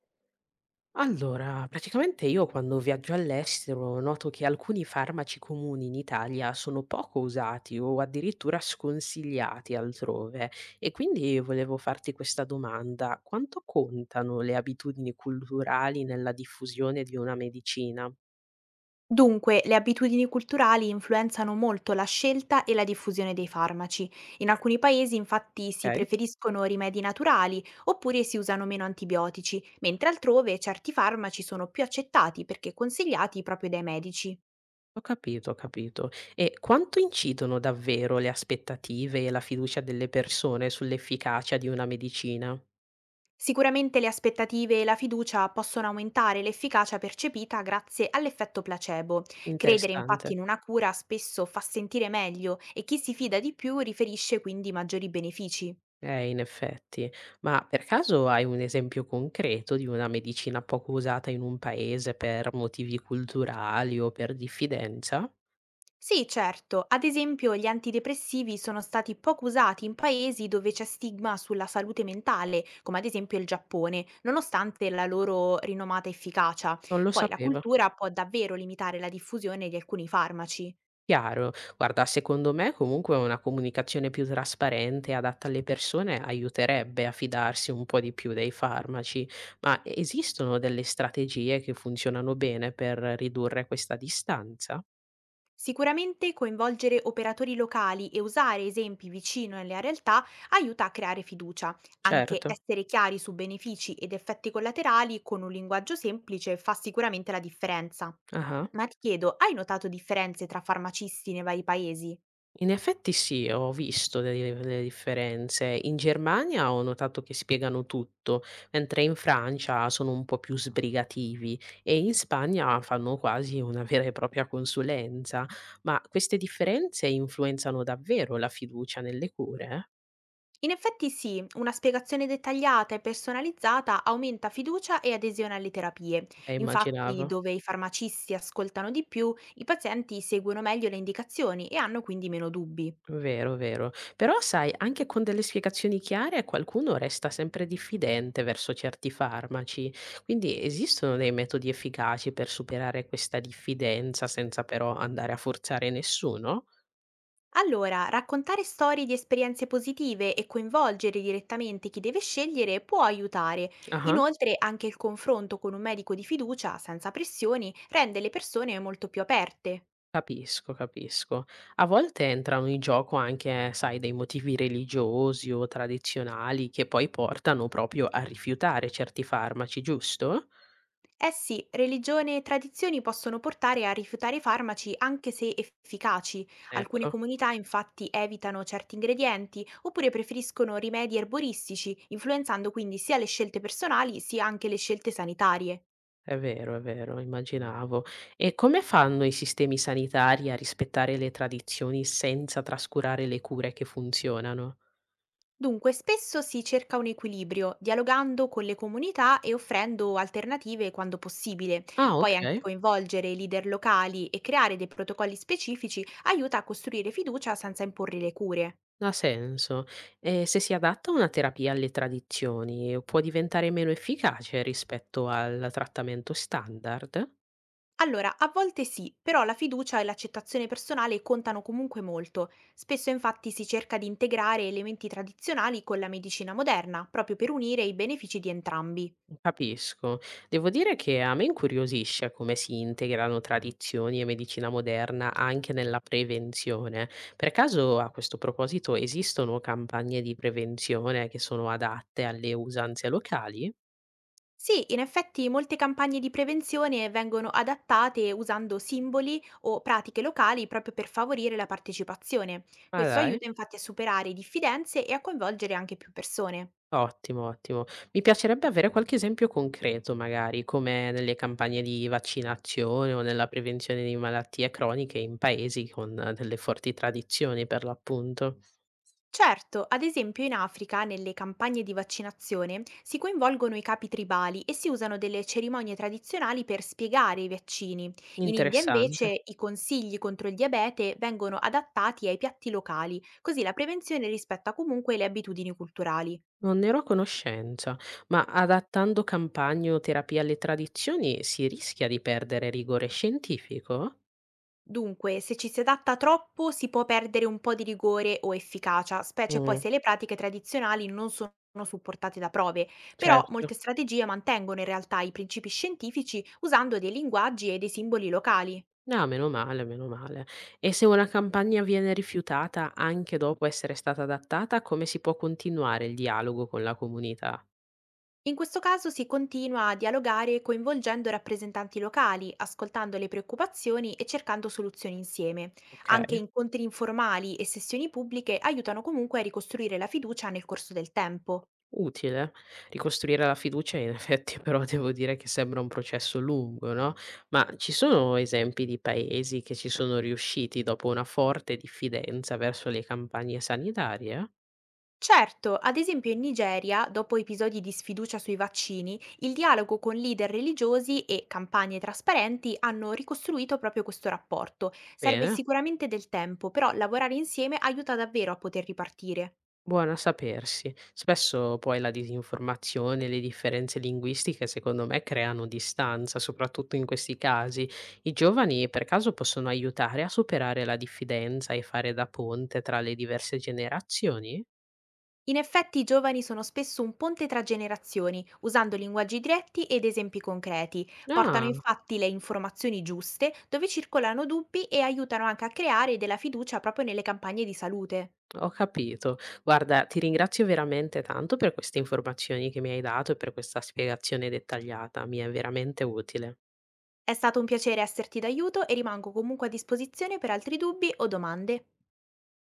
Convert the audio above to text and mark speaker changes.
Speaker 1: Allora, praticamente io quando viaggio all'estero noto che alcuni farmaci comuni in Italia sono poco usati o addirittura sconsigliati altrove e quindi volevo farti questa domanda: quanto contano le abitudini culturali nella diffusione di una medicina?
Speaker 2: Dunque, le abitudini culturali influenzano molto la scelta e la diffusione dei farmaci. In alcuni paesi infatti si
Speaker 1: Okay,
Speaker 2: preferiscono rimedi naturali oppure si usano meno antibiotici, mentre altrove certi farmaci sono più accettati perché consigliati proprio dai medici.
Speaker 1: ho capito, ho capito. E quanto incidono davvero le aspettative e la fiducia delle persone sull'efficacia di una medicina?
Speaker 2: Sicuramente le aspettative e la fiducia possono aumentare l'efficacia percepita grazie all'effetto placebo. Credere infatti
Speaker 1: Interessante.
Speaker 2: in una cura spesso fa sentire meglio e chi si fida di più riferisce quindi maggiori benefici.
Speaker 1: In effetti. Ma per caso hai un esempio concreto di una medicina poco usata in un paese per motivi culturali o per diffidenza?
Speaker 2: Sì, certo. Ad esempio, gli antidepressivi sono stati poco usati in paesi dove c'è stigma sulla salute mentale, come ad esempio il Giappone, nonostante la loro rinomata efficacia.
Speaker 1: Non lo
Speaker 2: Poi la
Speaker 1: sapevo.
Speaker 2: cultura può davvero limitare la diffusione di alcuni farmaci.
Speaker 1: Chiaro. Guarda, secondo me comunque una comunicazione più trasparente e adatta alle persone aiuterebbe a fidarsi un po' di più dei farmaci, ma esistono delle strategie che funzionano bene per ridurre questa distanza?
Speaker 2: Sicuramente coinvolgere operatori locali e usare esempi vicino alla realtà aiuta a creare fiducia. Anche
Speaker 1: Certo.
Speaker 2: essere chiari su benefici ed effetti collaterali con un linguaggio semplice fa sicuramente la differenza.
Speaker 1: Ah.
Speaker 2: Ma ti chiedo, hai notato differenze tra farmacisti nei vari paesi?
Speaker 1: In effetti sì, ho visto delle differenze. In Germania ho notato che spiegano tutto, mentre in Francia sono un po' più sbrigativi e in Spagna fanno quasi una vera e propria consulenza. Ma queste differenze influenzano davvero la fiducia nelle cure?
Speaker 2: In effetti sì, una spiegazione dettagliata e personalizzata aumenta fiducia e adesione alle terapie. Infatti,
Speaker 1: Immaginavo.
Speaker 2: dove i farmacisti ascoltano di più, i pazienti seguono meglio le indicazioni e hanno quindi meno dubbi.
Speaker 1: Vero, vero. Però sai, anche con delle spiegazioni chiare qualcuno resta sempre diffidente verso certi farmaci, quindi esistono dei metodi efficaci per superare questa diffidenza senza però andare a forzare nessuno?
Speaker 2: Allora, raccontare storie di esperienze positive e coinvolgere direttamente chi deve scegliere può aiutare.
Speaker 1: Ah,
Speaker 2: Inoltre, anche il confronto con un medico di fiducia, senza pressioni, rende le persone molto più aperte.
Speaker 1: capisco, capisco. A volte entrano in gioco anche, sai, dei motivi religiosi o tradizionali che poi portano proprio a rifiutare certi farmaci, giusto?
Speaker 2: Eh sì, religione e tradizioni possono portare a rifiutare farmaci anche se efficaci. Alcune
Speaker 1: Ecco.
Speaker 2: comunità infatti evitano certi ingredienti oppure preferiscono rimedi erboristici, influenzando quindi sia le scelte personali sia anche le scelte sanitarie.
Speaker 1: È vero, immaginavo. E come fanno i sistemi sanitari a rispettare le tradizioni senza trascurare le cure che funzionano?
Speaker 2: Dunque, spesso si cerca un equilibrio, dialogando con le comunità e offrendo alternative quando possibile.
Speaker 1: Ah, ok,
Speaker 2: Poi anche coinvolgere i leader locali e creare dei protocolli specifici aiuta a costruire fiducia senza imporre le cure.
Speaker 1: ha senso. E se si adatta una terapia alle tradizioni, può diventare meno efficace rispetto al trattamento standard?
Speaker 2: Allora, a volte sì, però la fiducia e l'accettazione personale contano comunque molto. Spesso infatti si cerca di integrare elementi tradizionali con la medicina moderna, proprio per unire i benefici di entrambi.
Speaker 1: Capisco. Devo dire che a me incuriosisce come si integrano tradizioni e medicina moderna anche nella prevenzione. Per caso, a questo proposito, esistono campagne di prevenzione che sono adatte alle usanze locali?
Speaker 2: Sì, in effetti molte campagne di prevenzione vengono adattate usando simboli o pratiche locali proprio per favorire la partecipazione.
Speaker 1: Ah,
Speaker 2: Questo
Speaker 1: dai.
Speaker 2: aiuta infatti a superare diffidenze e a coinvolgere anche più persone.
Speaker 1: Ottimo, ottimo. Mi piacerebbe avere qualche esempio concreto, magari, come nelle campagne di vaccinazione o nella prevenzione di malattie croniche in paesi con delle forti tradizioni, per l'appunto.
Speaker 2: Certo, ad esempio in Africa, nelle campagne di vaccinazione, si coinvolgono i capi tribali e si usano delle cerimonie tradizionali per spiegare i vaccini. In India
Speaker 1: Interessante.
Speaker 2: invece i consigli contro il diabete vengono adattati ai piatti locali, così la prevenzione rispetta comunque le abitudini culturali.
Speaker 1: Non ne ero a conoscenza, ma adattando campagne o terapie alle tradizioni si rischia di perdere rigore scientifico?
Speaker 2: Dunque, se ci si adatta troppo si può perdere un po' di rigore o efficacia, specie poi
Speaker 1: Mm.
Speaker 2: se le pratiche tradizionali non sono supportate da prove, però
Speaker 1: Certo.
Speaker 2: molte strategie mantengono in realtà i principi scientifici usando dei linguaggi e dei simboli locali.
Speaker 1: No, meno male, meno male. E se una campagna viene rifiutata anche dopo essere stata adattata, come si può continuare il dialogo con la comunità?
Speaker 2: In questo caso si continua a dialogare coinvolgendo rappresentanti locali, ascoltando le preoccupazioni e cercando soluzioni insieme.
Speaker 1: Ok.
Speaker 2: Anche incontri informali e sessioni pubbliche aiutano comunque a ricostruire la fiducia nel corso del tempo.
Speaker 1: Utile. Ricostruire la fiducia in effetti però devo dire che sembra un processo lungo, no, ma ci sono esempi di paesi che ci sono riusciti dopo una forte diffidenza verso le campagne sanitarie?
Speaker 2: Certo, ad esempio in Nigeria, dopo episodi di sfiducia sui vaccini, il dialogo con leader religiosi e campagne trasparenti hanno ricostruito proprio questo rapporto. Serve
Speaker 1: Bene,
Speaker 2: sicuramente del tempo, però lavorare insieme aiuta davvero a poter ripartire.
Speaker 1: buono a sapersi. Spesso poi la disinformazione e le differenze linguistiche secondo me creano distanza, soprattutto in questi casi. I giovani per caso possono aiutare a superare la diffidenza e fare da ponte tra le diverse generazioni?
Speaker 2: In effetti i giovani sono spesso un ponte tra generazioni, usando linguaggi diretti ed esempi concreti. Portano
Speaker 1: Ah.
Speaker 2: infatti le informazioni giuste, dove circolano dubbi e aiutano anche a creare della fiducia proprio nelle campagne di salute.
Speaker 1: Ho capito. Guarda, ti ringrazio veramente tanto per queste informazioni che mi hai dato e per questa spiegazione dettagliata, mi è veramente utile.
Speaker 2: È stato un piacere esserti d'aiuto e rimango comunque a disposizione per altri dubbi o domande.